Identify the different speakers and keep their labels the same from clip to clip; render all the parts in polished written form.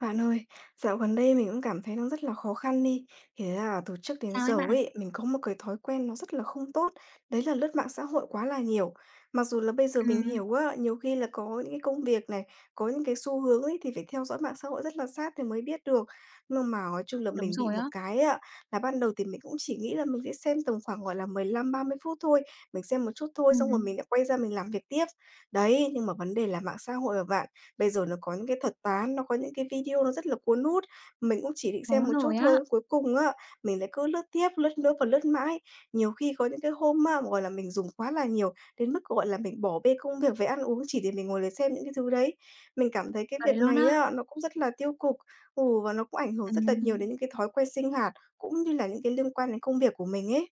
Speaker 1: Bạn ơi, dạo gần đây mình cũng cảm thấy nó rất là khó khăn đi. Thế là từ trước đến
Speaker 2: Sao ấy
Speaker 1: giờ
Speaker 2: bạn?
Speaker 1: ấy, mình có một cái thói quen nó rất là không tốt, đấy là lướt mạng xã hội quá là nhiều. Mặc dù là bây giờ mình
Speaker 2: Ừm,
Speaker 1: hiểu á, nhiều khi là có những cái công việc này, có những cái xu hướng ấy thì phải theo dõi mạng xã hội rất là sát thì mới biết được. Nhưng mà nói chung là
Speaker 2: đúng
Speaker 1: mình bị
Speaker 2: rồi
Speaker 1: một
Speaker 2: á.
Speaker 1: cái ạ, là ban đầu thì mình cũng chỉ nghĩ là mình sẽ xem tầm khoảng gọi là 15 30 phút thôi, mình xem một chút thôi xong rồi
Speaker 2: Ừm,
Speaker 1: mình lại quay ra mình làm việc tiếp. Đấy, nhưng mà vấn đề là mạng xã hội mà bạn. Bây giờ nó có những cái thuật toán, nó có những cái video nó rất là cuốn hút, mình cũng chỉ định xem
Speaker 2: đúng
Speaker 1: một chút
Speaker 2: rồi á,
Speaker 1: thôi, cuối cùng á, mình lại cứ lướt tiếp, lướt nữa và lướt mãi. Nhiều khi có những cái hôm á, gọi là, mình dùng quá là nhiều, đến mức, gọi là, mình bỏ bê công việc với ăn uống chỉ để mình ngồi để xem những cái thứ đấy. Mình cảm thấy cái
Speaker 2: vậy
Speaker 1: việc
Speaker 2: luôn
Speaker 1: này
Speaker 2: á.
Speaker 1: á, nó cũng rất là tiêu cực, ừ, và nó cũng ảnh hưởng rất là nhiều đến
Speaker 2: Ừm.
Speaker 1: những cái thói quen sinh hoạt, cũng như là những cái liên quan đến công việc của mình ấy.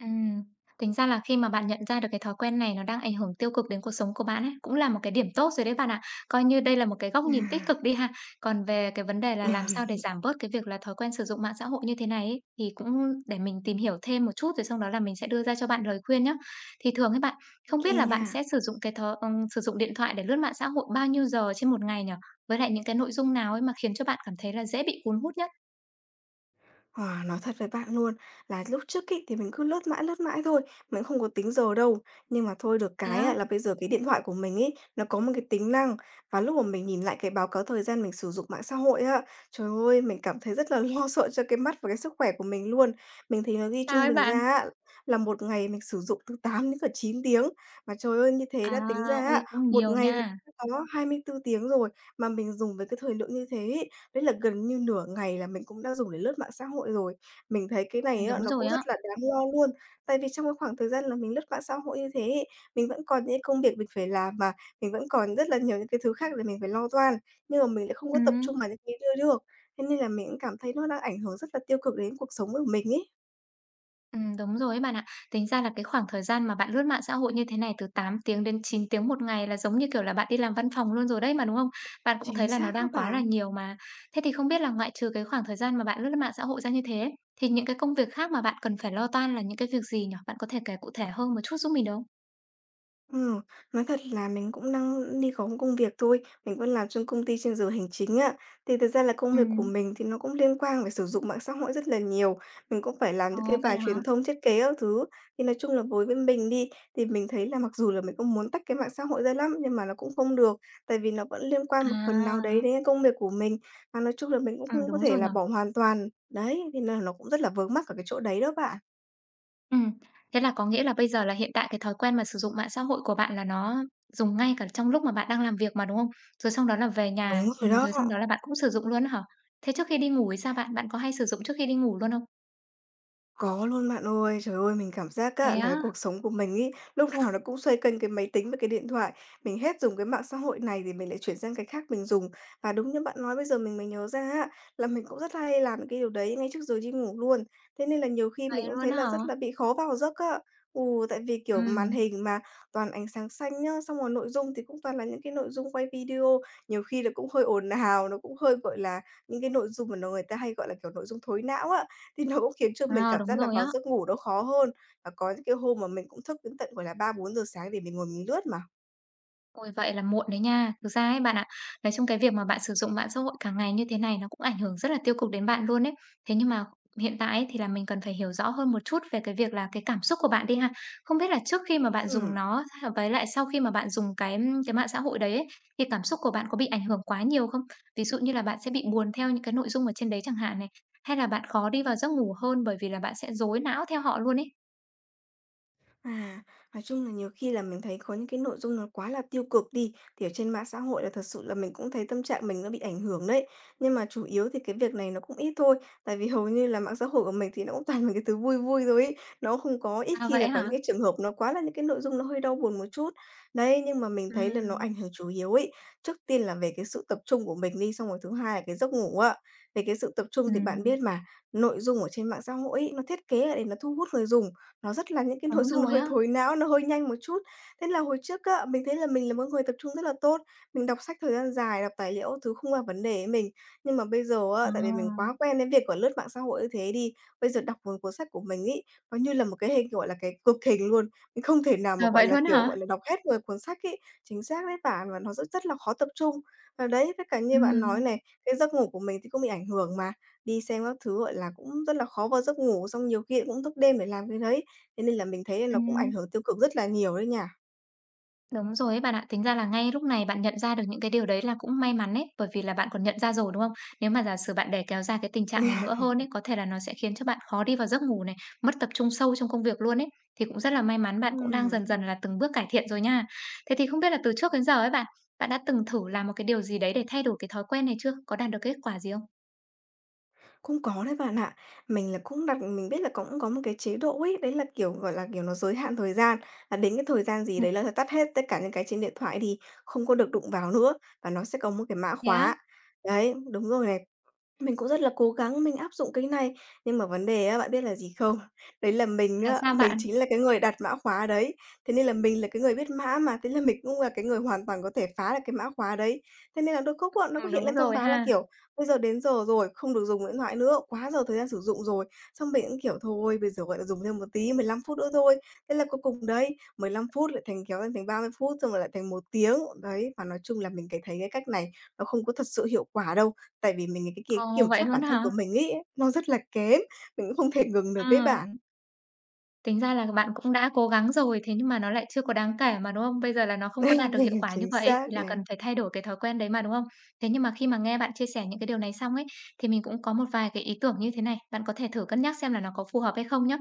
Speaker 2: Ừm, Tính ra là khi mà bạn nhận ra được cái thói quen này nó đang ảnh hưởng tiêu cực đến cuộc sống của bạn ấy, cũng là một cái điểm tốt rồi đấy bạn ạ. Coi như đây là một cái góc nhìn tích
Speaker 1: À.
Speaker 2: cực đi ha. Còn về cái vấn đề là làm sao để giảm bớt cái việc là thói quen sử dụng mạng xã hội như thế này ấy, thì cũng để mình tìm hiểu thêm một chút rồi sau đó là mình sẽ đưa ra cho bạn lời khuyên nhé. Thì thường ấy bạn, không biết
Speaker 1: Ô
Speaker 2: là bạn
Speaker 1: nha.
Speaker 2: sẽ sử dụng cái thói sử dụng điện thoại để lướt mạng xã hội bao nhiêu giờ trên một ngày nhỉ? Với lại những cái nội dung nào ấy mà khiến cho bạn cảm thấy là dễ bị cuốn hút nhất?
Speaker 1: À, nói thật với bạn luôn là lúc trước ấy, thì mình cứ lướt mãi thôi, mình không có tính giờ đâu. Nhưng mà thôi được
Speaker 2: Thế
Speaker 1: cái á,
Speaker 2: á?
Speaker 1: là bây giờ cái điện thoại của mình ấy, nó có một cái tính năng và lúc mà mình nhìn lại cái báo cáo thời gian mình sử dụng mạng xã hội á, trời ơi, mình cảm thấy rất là lo sợ cho cái mắt và cái sức khỏe của mình luôn. Mình thấy nó ghi
Speaker 2: Sao
Speaker 1: trung
Speaker 2: ấy
Speaker 1: bình ra
Speaker 2: bạn?
Speaker 1: á, là một ngày mình sử dụng từ 8 đến cả 9 tiếng. Mà trời ơi, như thế đã tính ra
Speaker 2: À,
Speaker 1: á,
Speaker 2: ui cũng
Speaker 1: một
Speaker 2: nhiều
Speaker 1: ngày thì
Speaker 2: nha.
Speaker 1: đã có 24 tiếng rồi mà mình dùng với cái thời lượng như thế ý. Đấy là gần như nửa ngày là mình cũng đã dùng để lướt mạng xã hội rồi. Mình thấy cái này á,
Speaker 2: Đúng
Speaker 1: nó
Speaker 2: rồi
Speaker 1: cũng
Speaker 2: á.
Speaker 1: rất là đáng lo luôn, tại vì trong cái khoảng thời gian là mình lướt mạng xã hội như thế ấy, mình vẫn còn những công việc mình phải làm mà, mình vẫn còn rất là nhiều những cái thứ khác để mình phải lo toan, nhưng mà mình lại không có tập
Speaker 2: Ừm,
Speaker 1: trung vào những cái đấy được. Thế nên là mình cũng cảm thấy nó đang ảnh hưởng rất là tiêu cực đến cuộc sống của mình ấy.
Speaker 2: đúng rồi ấy bạn ạ. Tính ra là cái khoảng thời gian mà bạn lướt mạng xã hội như thế này từ 8 tiếng đến 9 tiếng một ngày là giống như, kiểu là, bạn đi làm văn phòng luôn rồi đấy mà, đúng không? Bạn cũng
Speaker 1: Chính
Speaker 2: thấy là nó
Speaker 1: xác đó
Speaker 2: đang quá là
Speaker 1: bạn.
Speaker 2: nhiều mà. Thế thì không biết là ngoại trừ cái khoảng thời gian mà bạn lướt mạng xã hội ra như thế thì những cái công việc khác mà bạn cần phải lo toan là những cái việc gì nhỉ? Bạn có thể kể cụ thể hơn một chút giúp mình được không?
Speaker 1: Ừm, nói thật là mình cũng đang đi có một công việc thôi, mình vẫn làm trong công ty trên giờ hành chính á. Thì thực ra là công
Speaker 2: Ừ.
Speaker 1: việc của mình thì nó cũng liên quan về sử dụng mạng xã hội rất là nhiều, mình cũng phải làm
Speaker 2: Ờ,
Speaker 1: những cái
Speaker 2: vậy
Speaker 1: bài truyền
Speaker 2: hả?
Speaker 1: thông, thiết kế các thứ. Thì nói chung là với bên mình đi, thì mình thấy là mặc dù là mình cũng muốn tách cái mạng xã hội ra lắm, nhưng mà nó cũng không được, tại vì nó vẫn liên quan một phần nào đấy
Speaker 2: À,
Speaker 1: đến cái công việc của mình, và nói chung là mình cũng không có
Speaker 2: đúng
Speaker 1: thể
Speaker 2: rồi
Speaker 1: là
Speaker 2: nhỉ.
Speaker 1: bỏ hoàn toàn. Đấy, thế là nó cũng rất là vướng mắc ở cái chỗ đấy đó bạn.
Speaker 2: Ừm, Thế là có nghĩa là bây giờ là hiện tại cái thói quen mà sử dụng mạng xã hội của bạn là nó dùng ngay cả trong lúc mà bạn đang làm việc mà, đúng không? Rồi xong đó là về nhà,
Speaker 1: Đúng rồi đó.
Speaker 2: rồi xong đó là bạn cũng sử dụng luôn á hả? Thế trước khi đi ngủ thì sao bạn? Bạn có hay sử dụng trước khi đi ngủ luôn không?
Speaker 1: Có luôn bạn ơi. Trời ơi, mình cảm giác
Speaker 2: Thế
Speaker 1: á, là cái
Speaker 2: á,
Speaker 1: cuộc sống của mình ấy, lúc nào nó cũng xoay quanh cái máy tính và cái điện thoại. Mình hết dùng cái mạng xã hội này thì mình lại chuyển sang cái khác mình dùng. Và đúng như bạn nói bây giờ mình mới nhớ ra á, là mình cũng rất hay làm cái điều đấy ngay trước giờ đi ngủ luôn. Thế nên là nhiều khi mình
Speaker 2: vậy
Speaker 1: cũng
Speaker 2: luôn
Speaker 1: thấy
Speaker 2: á
Speaker 1: là
Speaker 2: hả?
Speaker 1: rất là bị khó vào giấc á. Ừ, tại vì, kiểu, màn
Speaker 2: Ừm,
Speaker 1: hình mà toàn ánh sáng xanh nhá, xong rồi nội dung thì cũng toàn là những cái nội dung quay video, nhiều khi là cũng hơi ồn ào, nó cũng hơi, gọi là, những cái nội dung mà nó người ta hay gọi là, kiểu, nội dung thối não á. Thì nó cũng khiến cho mình
Speaker 2: à,
Speaker 1: cảm
Speaker 2: đúng
Speaker 1: giác là
Speaker 2: rồi
Speaker 1: vào
Speaker 2: á.
Speaker 1: giấc ngủ nó khó hơn, và có những cái hôm mà mình cũng thức đến tận, gọi là, 3 4 giờ sáng để mình ngồi mình lướt mà.
Speaker 2: Ôi, vậy là muộn đấy nha. Thực ra ấy bạn ạ, nói chung cái việc mà bạn sử dụng mạng xã hội cả ngày như thế này nó cũng ảnh hưởng rất là tiêu cực đến bạn luôn ấy. Thế nhưng mà hiện tại ấy, thì là mình cần phải hiểu rõ hơn một chút về cái việc là cái cảm xúc của bạn đi ha. Không biết là trước khi mà bạn dùng
Speaker 1: Ừm.
Speaker 2: nó với lại sau khi mà bạn dùng cái mạng xã hội đấy ấy, thì cảm xúc của bạn có bị ảnh hưởng quá nhiều không? Ví dụ như là bạn sẽ bị buồn theo những cái nội dung ở trên đấy chẳng hạn này, hay là bạn khó đi vào giấc ngủ hơn bởi vì là bạn sẽ rối não theo họ luôn ấy.
Speaker 1: À, nói chung là nhiều khi là mình thấy có những cái nội dung nó quá là tiêu cực đi, thì ở trên mạng xã hội là thật sự là mình cũng thấy tâm trạng mình nó bị ảnh hưởng đấy. Nhưng mà chủ yếu thì cái việc này nó cũng ít thôi, tại vì hầu như là mạng xã hội của mình thì nó cũng toàn là cái thứ vui vui thôi ấy. Nó không có ít
Speaker 2: À
Speaker 1: khi là
Speaker 2: vậy
Speaker 1: có những
Speaker 2: hả?
Speaker 1: cái trường hợp nó quá là những cái nội dung nó hơi đau buồn một chút. Đấy, nhưng mà mình
Speaker 2: Ừ.
Speaker 1: thấy là nó ảnh hưởng chủ yếu ấy. Trước tiên là về cái sự tập trung của mình đi, xong rồi thứ hai là cái giấc ngủ ạ. Về cái sự tập trung
Speaker 2: Ừ,
Speaker 1: thì bạn biết mà, nội dung ở trên mạng xã hội ấy, nó thiết kế là để nó thu hút người dùng, nó rất là những cái nội
Speaker 2: đúng
Speaker 1: dung nó
Speaker 2: rồi
Speaker 1: hơi
Speaker 2: á.
Speaker 1: thối não, nó hơi nhanh một chút. Thế là hồi trước á, mình thấy là mình là một người tập trung rất là tốt, mình đọc sách thời gian dài, đọc tài liệu thứ không là vấn đề với mình. Nhưng mà bây giờ á, tại vì mình
Speaker 2: À.
Speaker 1: quá quen đến việc, của lướt mạng xã hội như thế đi, bây giờ đọc một cuốn sách của mình ấy, nó như là một cái hình gọi là, cái cực hình luôn. Mình không thể nào mà,
Speaker 2: À,
Speaker 1: gọi
Speaker 2: vậy
Speaker 1: là,
Speaker 2: luôn
Speaker 1: kiểu, gọi
Speaker 2: hả?
Speaker 1: là, đọc hết một cuốn sách ấy. Chính xác đấy bạn, và nó rất rất là khó tập trung. Và đấy, tất cả như bạn nói
Speaker 2: Ừm.
Speaker 1: này, cái giấc ngủ của mình thì cũng bị ảnh hưởng mà. Đi xem các thứ, gọi là, cũng rất là khó vào giấc ngủ, xong nhiều khi lại cũng thức đêm để làm cái đấy, thế nên là mình thấy nó cũng ảnh
Speaker 2: Ừm,
Speaker 1: hưởng tiêu cực rất là nhiều đấy nha.
Speaker 2: đúng rồi ấy bạn ạ. Tính ra là ngay lúc này bạn nhận ra được những cái điều đấy là cũng may mắn ấy, bởi vì là bạn còn nhận ra rồi, đúng không? Nếu mà giả sử bạn để kéo ra cái tình trạng này nữa hơn ấy, có thể là nó sẽ khiến cho bạn khó đi vào giấc ngủ này, mất tập trung sâu trong công việc luôn ấy. Thì cũng rất là may mắn bạn cũng đang dần
Speaker 1: Ừm,
Speaker 2: dần là từng bước cải thiện rồi nha. Thế thì không biết là từ trước đến giờ ấy bạn, bạn đã từng thử làm một cái điều gì đấy để thay đổi cái thói quen này chưa? Có đạt được kết quả gì không?
Speaker 1: cũng có đấy bạn ạ. Mình là cũng đặt mình biết là cũng có một cái chế độ ấy, đấy là, kiểu, gọi là, kiểu, nó giới hạn thời gian, là đến cái thời gian gì
Speaker 2: Ừm,
Speaker 1: đấy là phải tắt hết tất cả những cái trên điện thoại đi, không có được đụng vào nữa, và nó sẽ có một cái mã
Speaker 2: thế á?
Speaker 1: khóa. Đấy, đúng rồi này. Mình cũng rất là cố gắng mình áp dụng cái này, nhưng mà vấn đề á, bạn biết là gì không? Đấy là mình
Speaker 2: Là
Speaker 1: á,
Speaker 2: sao
Speaker 1: mình
Speaker 2: bạn?
Speaker 1: chính là cái người đặt mã khóa đấy, thế nên là mình là cái người biết mã mà, thế là mình cũng là cái người hoàn toàn có thể phá được cái mã khóa đấy. Thế nên là đôi lúc á, nó có hiện
Speaker 2: Đúng
Speaker 1: lên thông
Speaker 2: rồi
Speaker 1: báo là,
Speaker 2: ha.
Speaker 1: kiểu, bây giờ đến giờ rồi, không được dùng điện thoại nữa, quá giờ thời gian sử dụng rồi. Xong mình cũng, kiểu, thôi bây giờ, gọi là, dùng thêm một tí, 15 phút nữa thôi. Thế là cuối cùng đấy, 15 phút lại thành kéo lên thành 30 phút, xong rồi lại thành 1 tiếng. Đấy, và nói chung là mình cái thấy cái cách này nó không có thật sự hiệu quả đâu. Tại vì mình cái ki
Speaker 2: Ồ,
Speaker 1: kiểm
Speaker 2: vậy
Speaker 1: soát bản
Speaker 2: luôn
Speaker 1: thân của
Speaker 2: hả?
Speaker 1: mình ấy, nó rất là kém, mình cũng không thể ngừng
Speaker 2: Ờ.
Speaker 1: được ấy bạn.
Speaker 2: Tính ra là bạn cũng đã cố gắng rồi, thế nhưng mà nó lại chưa có đáng kể mà, đúng không? Bây giờ là nó không có đạt được hiệu quả như
Speaker 1: Chính
Speaker 2: vậy ấy, thì
Speaker 1: xác
Speaker 2: là cần
Speaker 1: này.
Speaker 2: phải thay đổi cái thói quen đấy mà, đúng không? Thế nhưng mà khi mà nghe bạn chia sẻ những cái điều này xong ấy, thì mình cũng có một vài cái ý tưởng như thế này, bạn có thể thử cân nhắc xem là nó có phù hợp hay không nhá.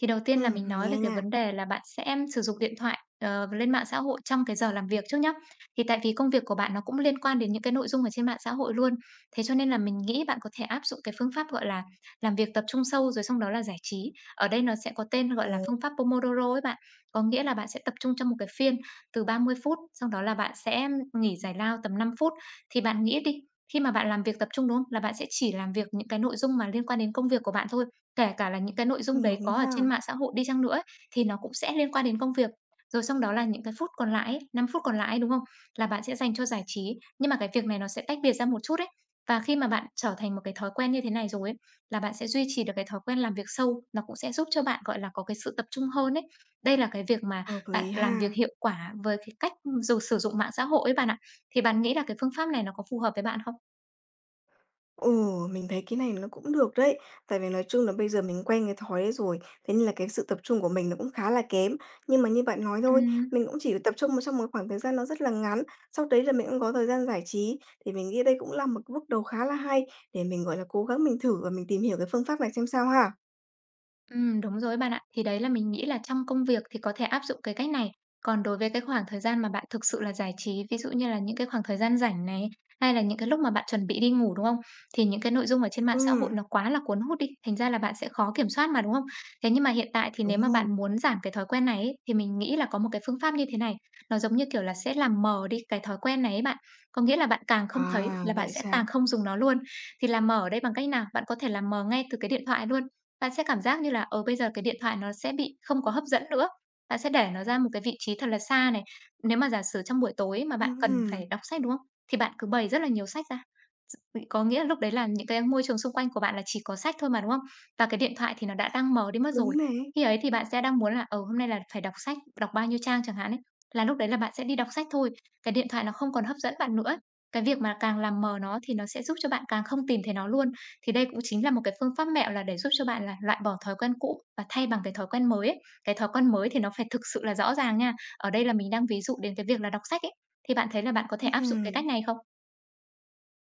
Speaker 2: Thì đầu tiên là mình
Speaker 1: Mình
Speaker 2: nói về
Speaker 1: nghe
Speaker 2: cái
Speaker 1: nha.
Speaker 2: vấn đề là bạn sẽ sử dụng điện thoại, lên mạng xã hội trong cái giờ làm việc trước nhá. Thì tại vì công việc của bạn nó cũng liên quan đến những cái nội dung ở trên mạng xã hội luôn, thế cho nên là mình nghĩ bạn có thể áp dụng cái phương pháp, gọi là, làm việc tập trung sâu rồi xong đó là giải trí. Ở đây nó sẽ có tên gọi là
Speaker 1: Ừm.
Speaker 2: phương pháp Pomodoro ấy bạn. Có nghĩa là bạn sẽ tập trung trong một cái phiên từ 30 phút, xong đó là bạn sẽ nghỉ giải lao tầm 5 phút. Thì bạn nghĩ đi, khi mà bạn làm việc tập trung, đúng không? Là bạn sẽ chỉ làm việc những cái nội dung mà liên quan đến công việc của bạn thôi, kể cả là những cái nội dung đấy có
Speaker 1: Đúng
Speaker 2: ở trên
Speaker 1: ha,
Speaker 2: mạng xã hội đi chăng nữa ấy, thì nó cũng sẽ liên quan đến công việc. Rồi xong đó là những cái phút còn lại ấy, 5 phút còn lại ấy, đúng không? Là bạn sẽ dành cho giải trí, nhưng mà cái việc này nó sẽ tách biệt ra một chút ấy. Và khi mà bạn trở thành một cái thói quen như thế này rồi ấy, là bạn sẽ duy trì được cái thói quen làm việc sâu, nó cũng sẽ giúp cho bạn, gọi là, có cái sự tập trung hơn ấy. Đây là cái việc mà
Speaker 1: hợp
Speaker 2: bạn
Speaker 1: lý
Speaker 2: làm việc
Speaker 1: ha.
Speaker 2: hiệu quả với cái cách, dù sử dụng mạng xã hội ấy bạn ạ. Thì bạn nghĩ là cái phương pháp này nó có phù hợp với bạn không?
Speaker 1: Ừ, mình thấy cái này nó cũng được đấy, tại vì nói chung là bây giờ mình quen cái thói đấy rồi, thế nên là cái sự tập trung của mình nó cũng khá là kém. Nhưng mà như bạn nói thôi,
Speaker 2: Ừm.
Speaker 1: mình cũng chỉ tập trung vào trong một khoảng thời gian nó rất là ngắn, sau đấy là mình cũng có thời gian giải trí, thì mình nghĩ đây cũng là một bước đầu khá là hay để mình, gọi là, cố gắng mình thử và mình tìm hiểu cái phương pháp này xem sao ha.
Speaker 2: Đúng rồi bạn ạ. Thì đấy là mình nghĩ là trong công việc thì có thể áp dụng cái cách này. Còn đối với cái khoảng thời gian mà bạn thực sự là giải trí, ví dụ như là những cái khoảng thời gian rảnh này, hay là những cái lúc mà bạn chuẩn bị đi ngủ, đúng không? Thì những cái nội dung ở trên mạng xã hội
Speaker 1: Ừm.
Speaker 2: nó quá là cuốn hút đi, thành ra là bạn sẽ khó kiểm soát mà, đúng không? Thế nhưng mà hiện tại thì nếu
Speaker 1: Đúng
Speaker 2: mà
Speaker 1: rồi.
Speaker 2: bạn muốn giảm cái thói quen này ấy, thì mình nghĩ là có một cái phương pháp như thế này, nó giống như kiểu là sẽ làm mờ đi cái thói quen này ấy bạn. Có nghĩa là bạn càng không thấy
Speaker 1: À,
Speaker 2: là bạn
Speaker 1: vậy
Speaker 2: sẽ
Speaker 1: sao?
Speaker 2: càng không dùng nó luôn. Thì làm mờ ở đây bằng cách nào? Bạn có thể làm mờ ngay từ cái điện thoại luôn. Bạn sẽ cảm giác như là, ở bây giờ cái điện thoại nó sẽ bị không có hấp dẫn nữa. Bạn sẽ để nó ra một cái vị trí thật là xa này. Nếu mà giả sử trong buổi tối mà bạn cần
Speaker 1: Ừm,
Speaker 2: phải đọc sách, đúng không? Thì bạn cứ bày rất là nhiều sách ra. S có nghĩa lúc đấy là những cái môi trường xung quanh của bạn là chỉ có sách thôi mà, đúng không? Và cái điện thoại thì nó đã đang mờ đi mất
Speaker 1: đúng
Speaker 2: rồi.
Speaker 1: nè.
Speaker 2: Khi ấy thì bạn sẽ đang muốn là, ở hôm nay là phải đọc sách, đọc bao nhiêu trang chẳng hạn ấy, là lúc đấy là bạn sẽ đi đọc sách thôi. Cái điện thoại nó không còn hấp dẫn bạn nữa. Cái việc mà càng làm mờ nó thì nó sẽ giúp cho bạn càng không tìm thấy nó luôn. Thì đây cũng chính là một cái phương pháp mẹo là để giúp cho bạn là loại bỏ thói quen cũ và thay bằng cái thói quen mới ấy. Cái thói quen mới thì nó phải thực sự là rõ ràng nha. Ở đây là mình đang ví dụ đến cái việc là đọc sách ấy, thì bạn thấy là bạn có thể áp dụng cái cách
Speaker 1: Ừm.
Speaker 2: này không?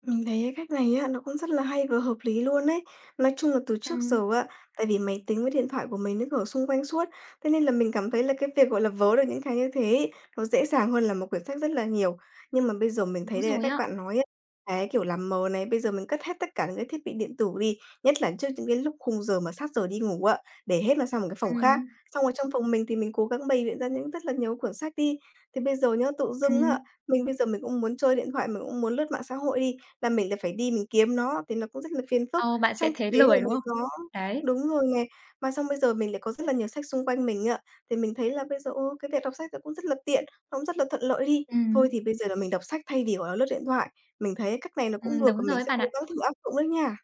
Speaker 1: Mình thấy cái cách này á, nó cũng rất là hay và hợp lý luôn ấy. Nói chung là từ trước
Speaker 2: Ừm,
Speaker 1: giờ á, tại vì máy tính với điện thoại của mình nó ở xung quanh suốt, thế nên là mình cảm thấy là cái việc, gọi là, vớ được những cái như thế ấy, nó dễ dàng hơn là một quyển sách rất là nhiều. Nhưng mà bây giờ mình
Speaker 2: đúng
Speaker 1: thấy đây là
Speaker 2: rồi
Speaker 1: cách
Speaker 2: á.
Speaker 1: bạn nói á, cái, kiểu, làm mờ này, bây giờ mình cất hết tất cả những cái thiết bị điện tử đi, nhất là trước những cái lúc khung giờ mà sát giờ đi ngủ ạ, để hết nó sang một cái phòng khác.
Speaker 2: Ừm,
Speaker 1: Xong rồi trong phòng mình thì mình cố gắng bày biện ra những rất là nhiều quyển sách đi. Thì bây giờ nhá, tự dưng
Speaker 2: ừm.
Speaker 1: á, mình bây giờ mình cũng muốn chơi điện thoại, mình cũng muốn lướt mạng xã hội đi, là mình lại phải đi mình kiếm nó thì nó cũng rất là phiền phức.
Speaker 2: Ờ, bạn sẽ
Speaker 1: Trong khi
Speaker 2: thấy
Speaker 1: đấy là
Speaker 2: lười, đúng
Speaker 1: mình
Speaker 2: không?
Speaker 1: có,
Speaker 2: Đấy,
Speaker 1: đúng rồi nè, mà xong bây giờ mình lại có rất là nhiều sách xung quanh mình ạ, thì mình thấy là bây giờ, ô, cái việc đọc sách nó cũng rất là tiện, nó cũng rất là thuận lợi đi. Thôi
Speaker 2: ừm,
Speaker 1: thì bây giờ là mình đọc sách thay vì, gọi là, lướt điện thoại. Mình thấy cách này nó cũng được và
Speaker 2: đúng rồi
Speaker 1: mình
Speaker 2: ấy
Speaker 1: sẽ
Speaker 2: bạn
Speaker 1: cố
Speaker 2: ạ.
Speaker 1: gắng thử áp dụng đấy nha.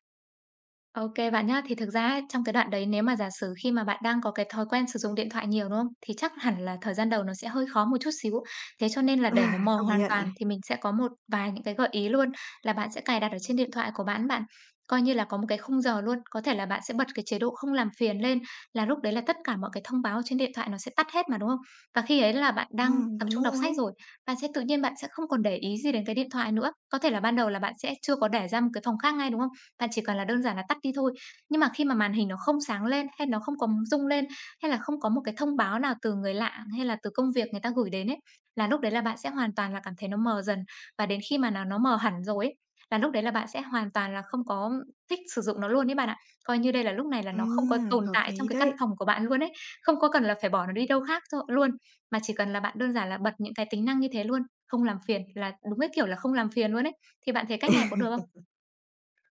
Speaker 2: OK bạn nhá. Thì thực ra ấy, trong cái đoạn đấy nếu mà giả sử khi mà bạn đang có cái thói quen sử dụng điện thoại nhiều, đúng không? Thì chắc hẳn là thời gian đầu nó sẽ hơi khó một chút xíu. Thế cho nên là để nó
Speaker 1: À,
Speaker 2: mò
Speaker 1: công
Speaker 2: hoàn
Speaker 1: nhận này.
Speaker 2: toàn thì mình sẽ có một vài những cái gợi ý luôn là bạn sẽ cài đặt ở trên điện thoại của bạn bạn. Coi như là có một cái khung giờ luôn, có thể là bạn sẽ bật cái chế độ không làm phiền lên là lúc đấy là tất cả mọi cái thông báo trên điện thoại nó sẽ tắt hết mà, đúng không? Và khi ấy là bạn đang tập trung
Speaker 1: Đúng
Speaker 2: đọc
Speaker 1: rồi
Speaker 2: sách
Speaker 1: ấy.
Speaker 2: rồi, bạn sẽ tự nhiên bạn sẽ không còn để ý gì đến cái điện thoại nữa. Có thể là ban đầu là bạn sẽ chưa có để ra một cái phòng khác ngay, đúng không? Bạn chỉ cần là đơn giản là tắt đi thôi. Nhưng mà khi mà màn hình nó không sáng lên, hay nó không có rung lên, hay là không có một cái thông báo nào từ người lạ, hay là từ công việc người ta gửi đến ấy, là lúc đấy là bạn sẽ hoàn toàn là cảm thấy nó mờ dần. Và đến khi mà nào nó mờ hẳn rồi ấy, là lúc đấy là bạn sẽ hoàn toàn là không có thích sử dụng nó luôn đấy bạn ạ. Coi như đây là lúc này là nó không có tồn
Speaker 1: Hợp
Speaker 2: tại trong
Speaker 1: lý
Speaker 2: cái căn
Speaker 1: đấy.
Speaker 2: phòng của bạn luôn ấy, không có cần là phải bỏ nó đi đâu khác cho luôn, mà chỉ cần là bạn đơn giản là bật những cái tính năng như thế luôn, không làm phiền, là đúng cái kiểu là không làm phiền luôn ấy. Thì bạn thấy cách này có được không?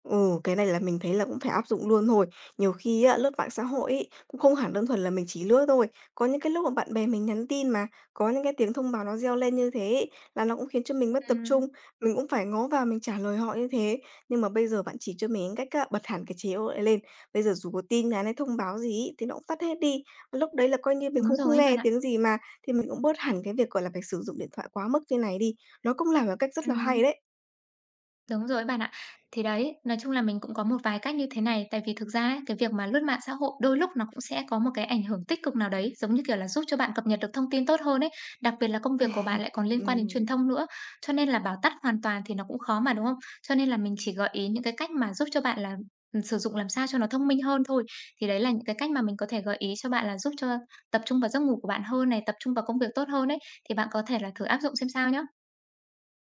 Speaker 1: Ừ, cái này là mình thấy là cũng phải áp dụng luôn thôi. Nhiều khi á, lướt mạng xã hội ấy, cũng không hẳn đơn thuần là mình chỉ lướt thôi. Có những cái lúc mà bạn bè mình nhắn tin mà có những cái tiếng thông báo nó reo lên như thế ấy, là nó cũng khiến cho mình mất tập
Speaker 2: Ừm.
Speaker 1: trung. Mình cũng phải ngó vào mình trả lời họ như thế. Nhưng mà bây giờ bạn chỉ cho mình cách á, bật hẳn cái chế độ ấy lên. Bây giờ dù có tin nhắn hay thông báo gì ấy, thì nó cũng tắt hết đi. Lúc đấy là coi như mình
Speaker 2: Đúng
Speaker 1: không không
Speaker 2: rồi ấy
Speaker 1: nghe
Speaker 2: bạn ạ.
Speaker 1: tiếng gì mà thì mình cũng bớt hẳn cái việc gọi là phải sử dụng điện thoại quá mức như này đi. Nó cũng là một cách rất là hay
Speaker 2: Ừm,
Speaker 1: đấy.
Speaker 2: đúng rồi ấy bạn ạ. Thì đấy, nói chung là mình cũng có một vài cách như thế này, tại vì thực ra ấy, cái việc mà lướt mạng xã hội đôi lúc nó cũng sẽ có một cái ảnh hưởng tích cực nào đấy, giống như kiểu là, giúp cho bạn cập nhật được thông tin tốt hơn ấy. Đặc biệt là công việc của bạn lại còn liên quan đến truyền
Speaker 1: Ừ.
Speaker 2: thông nữa, cho nên là bảo tắt hoàn toàn thì nó cũng khó mà, đúng không? Cho nên là mình chỉ gợi ý những cái cách mà giúp cho bạn là, sử dụng làm sao cho nó thông minh hơn thôi. Thì đấy là những cái cách mà mình có thể gợi ý cho bạn là giúp cho tập trung vào giấc ngủ của bạn hơn này, tập trung vào công việc tốt hơn ấy, thì bạn có thể là thử áp dụng xem sao nhá.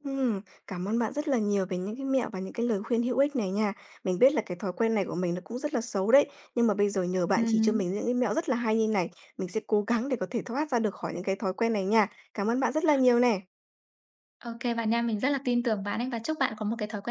Speaker 1: Ừm, cảm ơn bạn rất là nhiều về những cái mẹo và những cái lời khuyên hữu ích này nha. Mình biết là cái thói quen này của mình nó cũng rất là xấu đấy, nhưng mà bây giờ nhờ bạn chỉ cho
Speaker 2: Ừm.
Speaker 1: mình những cái mẹo rất là hay như này, mình sẽ cố gắng để có thể thoát ra được khỏi những cái thói quen này nha. Cảm ơn bạn rất là nhiều nè.
Speaker 2: OK, bạn nha, mình rất là tin tưởng bạn ấy và chúc bạn có một cái thói